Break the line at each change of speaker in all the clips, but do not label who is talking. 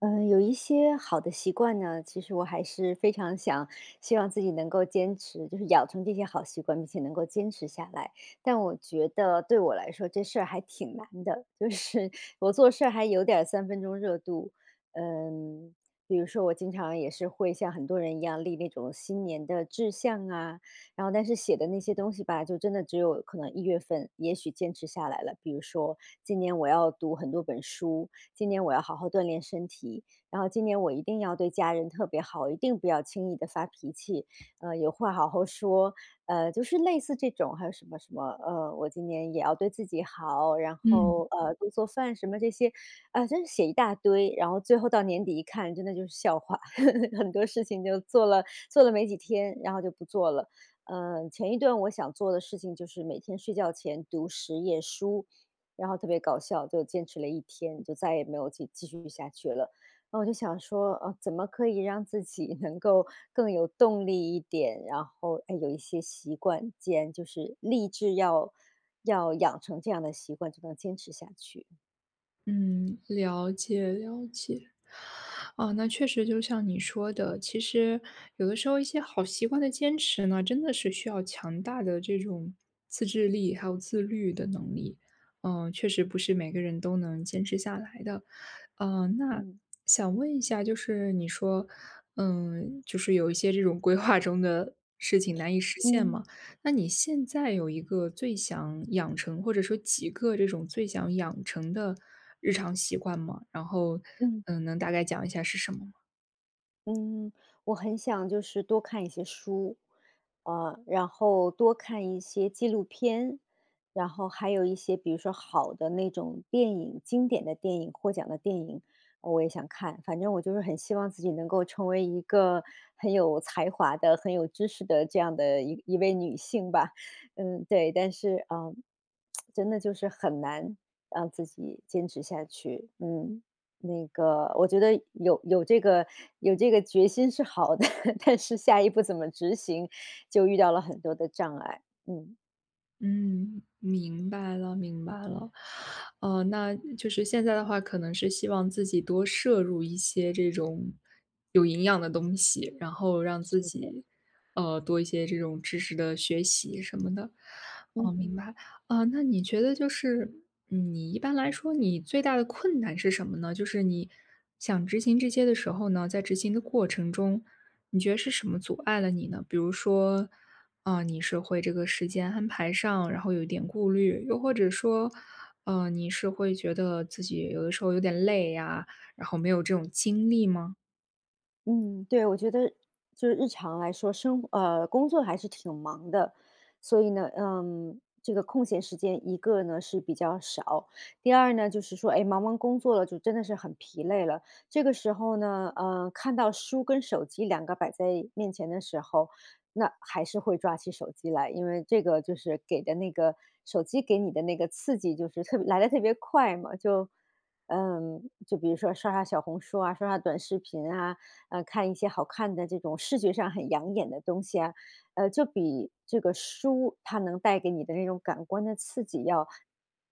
有一些好的习惯呢，其实我还是非常想希望自己能够坚持，就是养成这些好习惯，并且能够坚持下来。但我觉得对我来说这事儿还挺难的，就是我做事儿还有点儿三分钟热度。嗯，比如说我经常也是会像很多人一样立那种新年的志向啊，然后但是写的那些东西吧，就真的只有可能一月份，也许坚持下来了。比如说今年我要读很多本书，今年我要好好锻炼身体，然后今年我一定要对家人特别好，一定不要轻易的发脾气，有话好好说。就是类似这种，还有什么什么，我今年也要对自己好，然
嗯
后，多做饭什么这些，啊，真是写一大堆，然后最后到年底一看，真的就是笑话，很多事情就做了没几天，然后就不做了。前一段我想做的事情就是每天睡觉前读10页书，然后特别搞笑，就坚持了一天，就再也没有继续下去了。然后我就想说，怎么可以让自己能够更有动力一点？然后，哎，有一些习惯间，既然就是立志要养成这样的习惯，就能坚持下去。
嗯，了解了解。啊，那确实就像你说的，其实有的时候一些好习惯的坚持呢，真的是需要强大的这种自制力，还有自律的能力。嗯，确实不是每个人都能坚持下来的。嗯，那
嗯
想问一下，就是你说，就是有一些这种规划中的事情难以实现
嗯
吗？那你现在有一个最想养成，或者说几个这种最想养成的日常习惯吗？然后，
嗯。
能大概讲一下是什么吗？
嗯，我很想就是多看一些书，然后多看一些纪录片，然后还有一些比如说好的那种电影，经典的电影，获奖的电影，我也想看。反正我就是很希望自己能够成为一个很有才华的、很有知识的这样的一位女性吧。嗯，对，但是啊，真的就是很难让自己坚持下去。嗯。那个我觉得有这个决心是好的，但是下一步怎么执行，就遇到了很多的障碍。嗯。
嗯，明白了，明白了。哦，那就是现在的话，可能是希望自己多摄入一些这种有营养的东西，然后让自
是的。
己多一些这种知识的学习什么的。哦，明
嗯
白。啊，那你觉得就是你一般来说，你最大的困难是什么呢？就是你想执行这些的时候呢，在执行的过程中，你觉得是什么阻碍了你呢？比如说，啊，你是会这个时间安排上，然后有一点顾虑，又或者说，你是会觉得自己有的时候有点累呀，然后没有这种精力吗？
嗯，对，我觉得就是日常来说，工作还是挺忙的，所以呢，这个空闲时间一个呢是比较少，第二呢就是说，哎，忙完工作了就真的是很疲累了。这个时候呢，看到书跟手机两个摆在面前的时候，那还是会抓起手机来，因为这个就是给的那个手机给你的那个刺激，就是特别来的特别快嘛，就。嗯，就比如说刷刷小红书啊，刷刷短视频啊，看一些好看的这种视觉上很养眼的东西啊，就比这个书它能带给你的那种感官的刺激要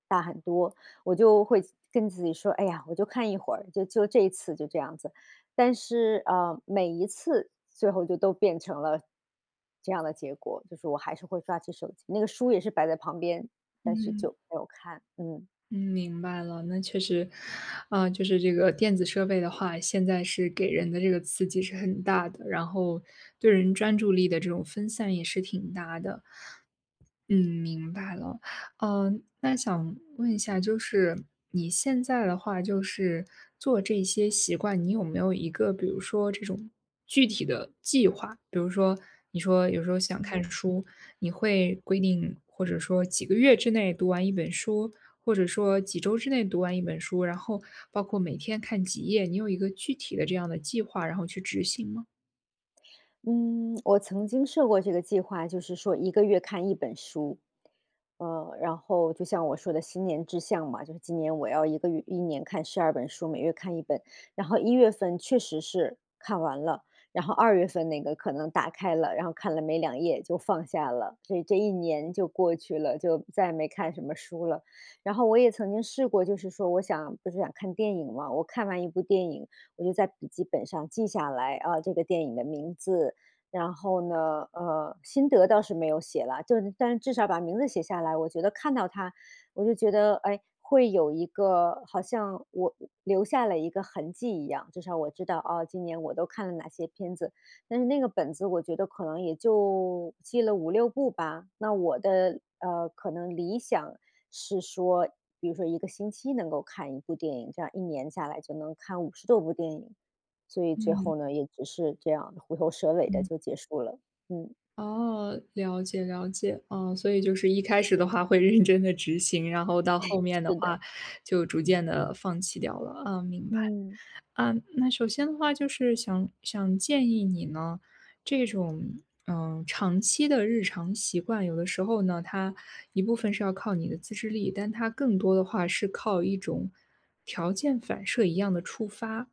大很多。我就会跟自己说：“哎呀，我就看一会儿，就这一次就这样子。”但是每一次最后就都变成了这样的结果，就是我还是会抓起手机，那个书也是摆在旁边，但是
嗯
就没有看，嗯。
嗯，明白了。那确实，啊、就是这个电子设备的话，现在是给人的这个刺激是很大的，然后对人专注力的这种分散也是挺大的。嗯，明白了。嗯，那想问一下，就是你现在的话，就是做这些习惯，你有没有一个，比如说这种具体的计划？比如说，你说有时候想看书，你会规定，或者说几个月之内读完一本书，或者说几周之内读完一本书，然后包括每天看几页，你有一个具体的这样的计划，然后去执行吗？
嗯，我曾经设过这个计划，就是说一个月看一本书。然后就像我说的新年志向嘛，就是今年我要一个月一年看12本书，每月看一本。然后一月份确实是看完了，然后2月份那个可能打开了，然后看了没2页就放下了，所以这一年就过去了，就再也没看什么书了。然后我也曾经试过，就是说我想不是想看电影嘛，我看完一部电影，我就在笔记本上记下来，啊，这个电影的名字，然后呢，心得倒是没有写了，就是但是至少把名字写下来，我觉得看到它，我就觉得，哎，会有一个好像我留下了一个痕迹一样，至少我知道哦，今年我都看了哪些片子。但是那个本子，我觉得可能也就记了5、6部吧。那我的可能理想是说，比如说一个星期能够看一部电影，这样一年下来就能看50多部电影。所以最
嗯
后呢，也只是这样虎头蛇尾的
嗯。
就结束了。嗯，
哦，了解了解，哦，所以就是一开始的话会认真的执行，然后到后面的
是的，
话就逐渐的放弃掉了，啊，明白。
嗯，
啊，那首先的话就是想想建议你呢，这种，长期的日常习惯，有的时候呢，它一部分是要靠你的自制力，但它更多的话是靠一种条件反射一样的触发。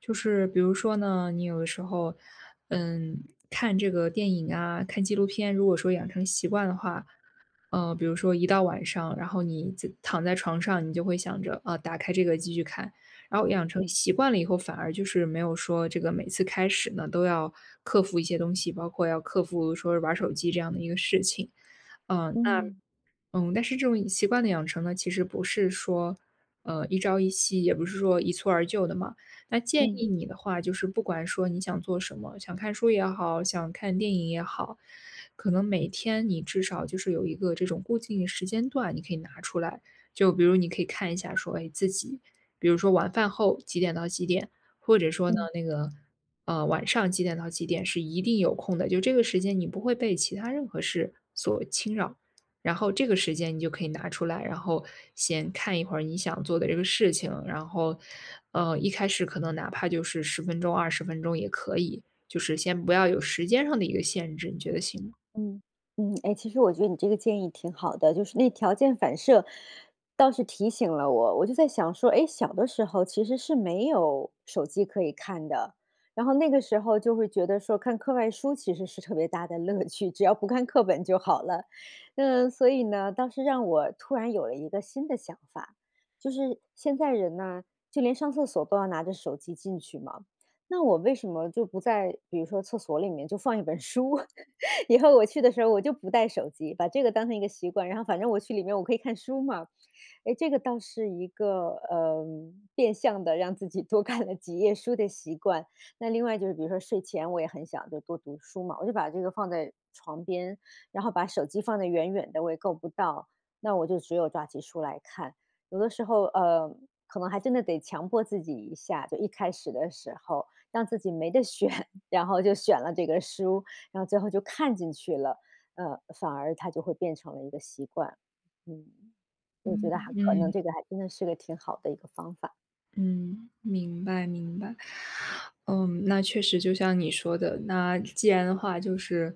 就是比如说呢，你有的时候，嗯，看这个电影啊，看纪录片，如果说养成习惯的话，比如说一到晚上，然后你在躺在床上，你就会想着啊、打开这个继续看，然后养成
嗯，
习惯了以后，反而就是没有说这个每次开始呢都要克服一些东西，包括要克服说玩手机这样的一个事情。嗯、那。
嗯，
嗯，但是这种习惯的养成呢，其实不是说，一朝一夕，也不是说一蹴而就的嘛。那建
嗯，
议你的话，就是不管说你想做什么，想看书也好，想看电影也好，可能每天你至少就是有一个这种固定的时间段，你可以拿出来。就比如你可以看一下说，哎，自己，比如说晚饭后几点到几点，或者说呢
嗯。
那个，晚上几点到几点是一定有空的，就这个时间你不会被其他任何事所侵扰。然后这个时间你就可以拿出来，然后先看一会儿你想做的这个事情，然后，一开始可能哪怕就是十分钟、二十分钟也可以，就是先不要有时间上的一个限制，你觉得行吗？
嗯，嗯，哎，其实我觉得你这个建议挺好的，就是那条件反射倒是提醒了我，我就在想说，哎，小的时候其实是没有手机可以看的，然后那个时候就会觉得说看课外书其实是特别大的乐趣，只要不看课本就好了。嗯，所以呢，倒是让我突然有了一个新的想法，就是现在人呢，就连上厕所都要拿着手机进去嘛。那我为什么就不在，比如说厕所里面就放一本书，以后我去的时候我就不带手机，把这个当成一个习惯。然后反正我去里面我可以看书嘛，哎，这个倒是一个，变相的让自己多看了几页书的习惯。那另外就是比如说睡前我也很想就多读书嘛，我就把这个放在床边，然后把手机放得远远的，我也够不到，那我就只有抓起书来看。有的时候，可能还真的得强迫自己一下，就一开始的时候，让自己没得选，然后就选了这个书，然后最后就看进去了，反而它就会变成了一个习惯，嗯。我觉得还可能
嗯。
这个还真的是个挺好的一个方法，
嗯，明白明白。嗯，那确实就像你说的，那既然的话就是，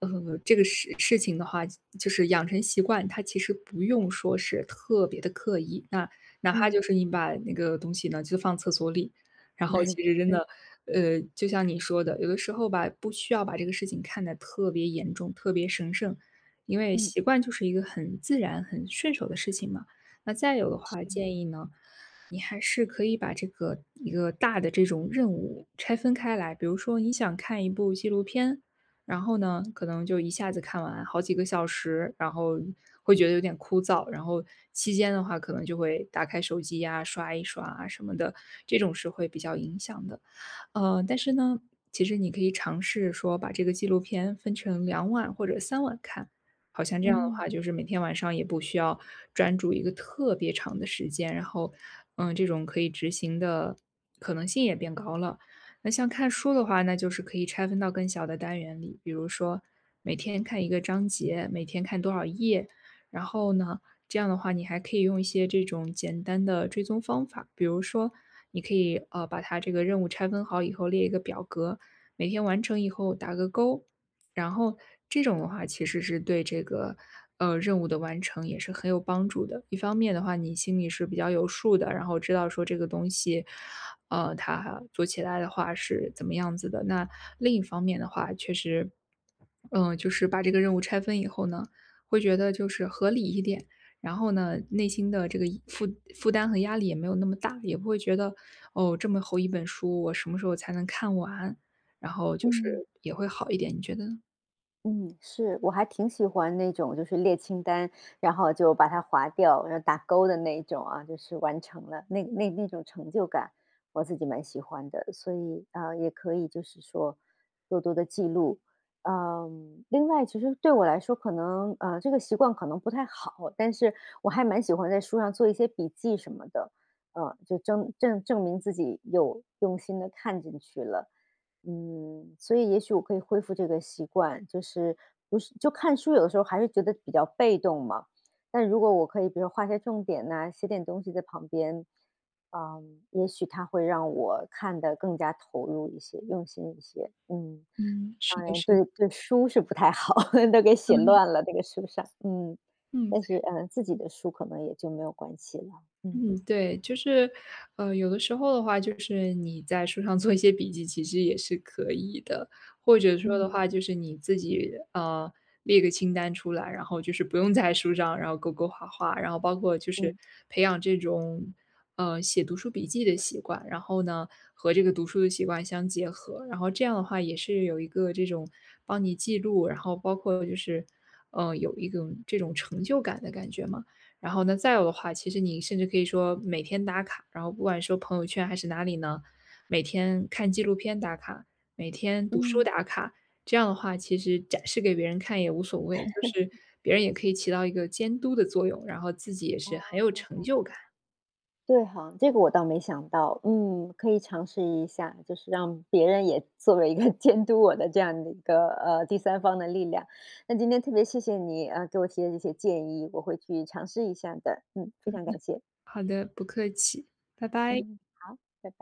这个事情的话，就是养成习惯，它其实不用说是特别的刻意，那哪怕
嗯
就是你把那个东西呢，就放厕所里，然后其实真的，
嗯
就像你说的，有的时候吧，不需要把这个事情看得特别严重、特别神圣，因为
嗯
习惯就是一个很自然、很顺手的事情嘛。那再有的话，建议呢。你还是可以把这个一个大的这种任务拆分开来。比如说你想看一部纪录片，然后呢，可能就一下子看完好几个小时，然后会觉得有点枯燥，然后期间的话可能就会打开手机呀、刷一刷啊什么的，这种是会比较影响的。但是呢，其实你可以尝试说把这个纪录片分成两晚或者三晚看。好像这样的
嗯
话，就是每天晚上也不需要专注一个特别长的时间，然后，这种可以执行的可能性也变高了。那像看书的话，那就是可以拆分到更小的单元里，比如说每天看一个章节，每天看多少页，然后呢，这样的话你还可以用一些这种简单的追踪方法，比如说你可以把它这个任务拆分好以后列一个表格，每天完成以后打个勾，然后这种的话，其实是对这个任务的完成也是很有帮助的。一方面的话，你心里是比较有数的，然后知道说这个东西，它做起来的话是怎么样子的。那另一方面的话，确实，就是把这个任务拆分以后呢，会觉得就是合理一点。然后呢，内心的这个负担和压力也没有那么大，也不会觉得哦，这么厚一本书，我什么时候才能看完？然后就
嗯。
是也会好一点，你觉得呢？
嗯，是，我还挺喜欢那种就是列清单，然后就把它划掉，然后打勾的那一种啊，就是完成了那种成就感，我自己蛮喜欢的，所以啊、也可以就是说多多的记录。嗯，另外，其实对我来说，可能这个习惯可能不太好，但是我还蛮喜欢在书上做一些笔记什么的，就证明自己有用心的看进去了。嗯，所以也许我可以恢复这个习惯，就是不是就看书，有的时候还是觉得比较被动嘛。但如果我可以，比如说画些重点呐、写点东西在旁边，嗯，也许它会让我看得更加投入一些、用心一些。嗯，
嗯，是
当
的，
然
是的，
对书是不太好，都给写乱了那个书上。嗯，
嗯
但是自己的书可能也就没有关系了。嗯
嗯 对，就是，有的时候的话，就是你在书上 做一些笔记，其实也是可以的，或者说的
嗯
话，就是你自己列个清单出来，然后就是不用在书上，然后勾勾画画，然后包括就是
嗯
培养这种写读书笔记的习惯，然后呢和这个读书的习惯相结合，然后这样的话也是有一个这种帮你记录，然后包括就是有一种这种成就感的感觉嘛。然后呢，再有的话，其实你甚至可以说每天打卡，然后不管说朋友圈还是哪里呢，每天看纪录片打卡，每天读书
嗯，
打卡，这样的话，其实展示给别人看也无所谓，就是别人也可以起到一个监督的作用，然后自己也是很
啊。
有成就感。
对哈，这个我倒没想到。嗯，可以尝试一下，就是让别人也作为一个 监督我的这样的一个第三方的力量。那今天特别谢谢你啊、给我提的这些建议，我会去尝试一下的。嗯，非常感谢。
好的，不客气，拜拜。
嗯，好，拜拜。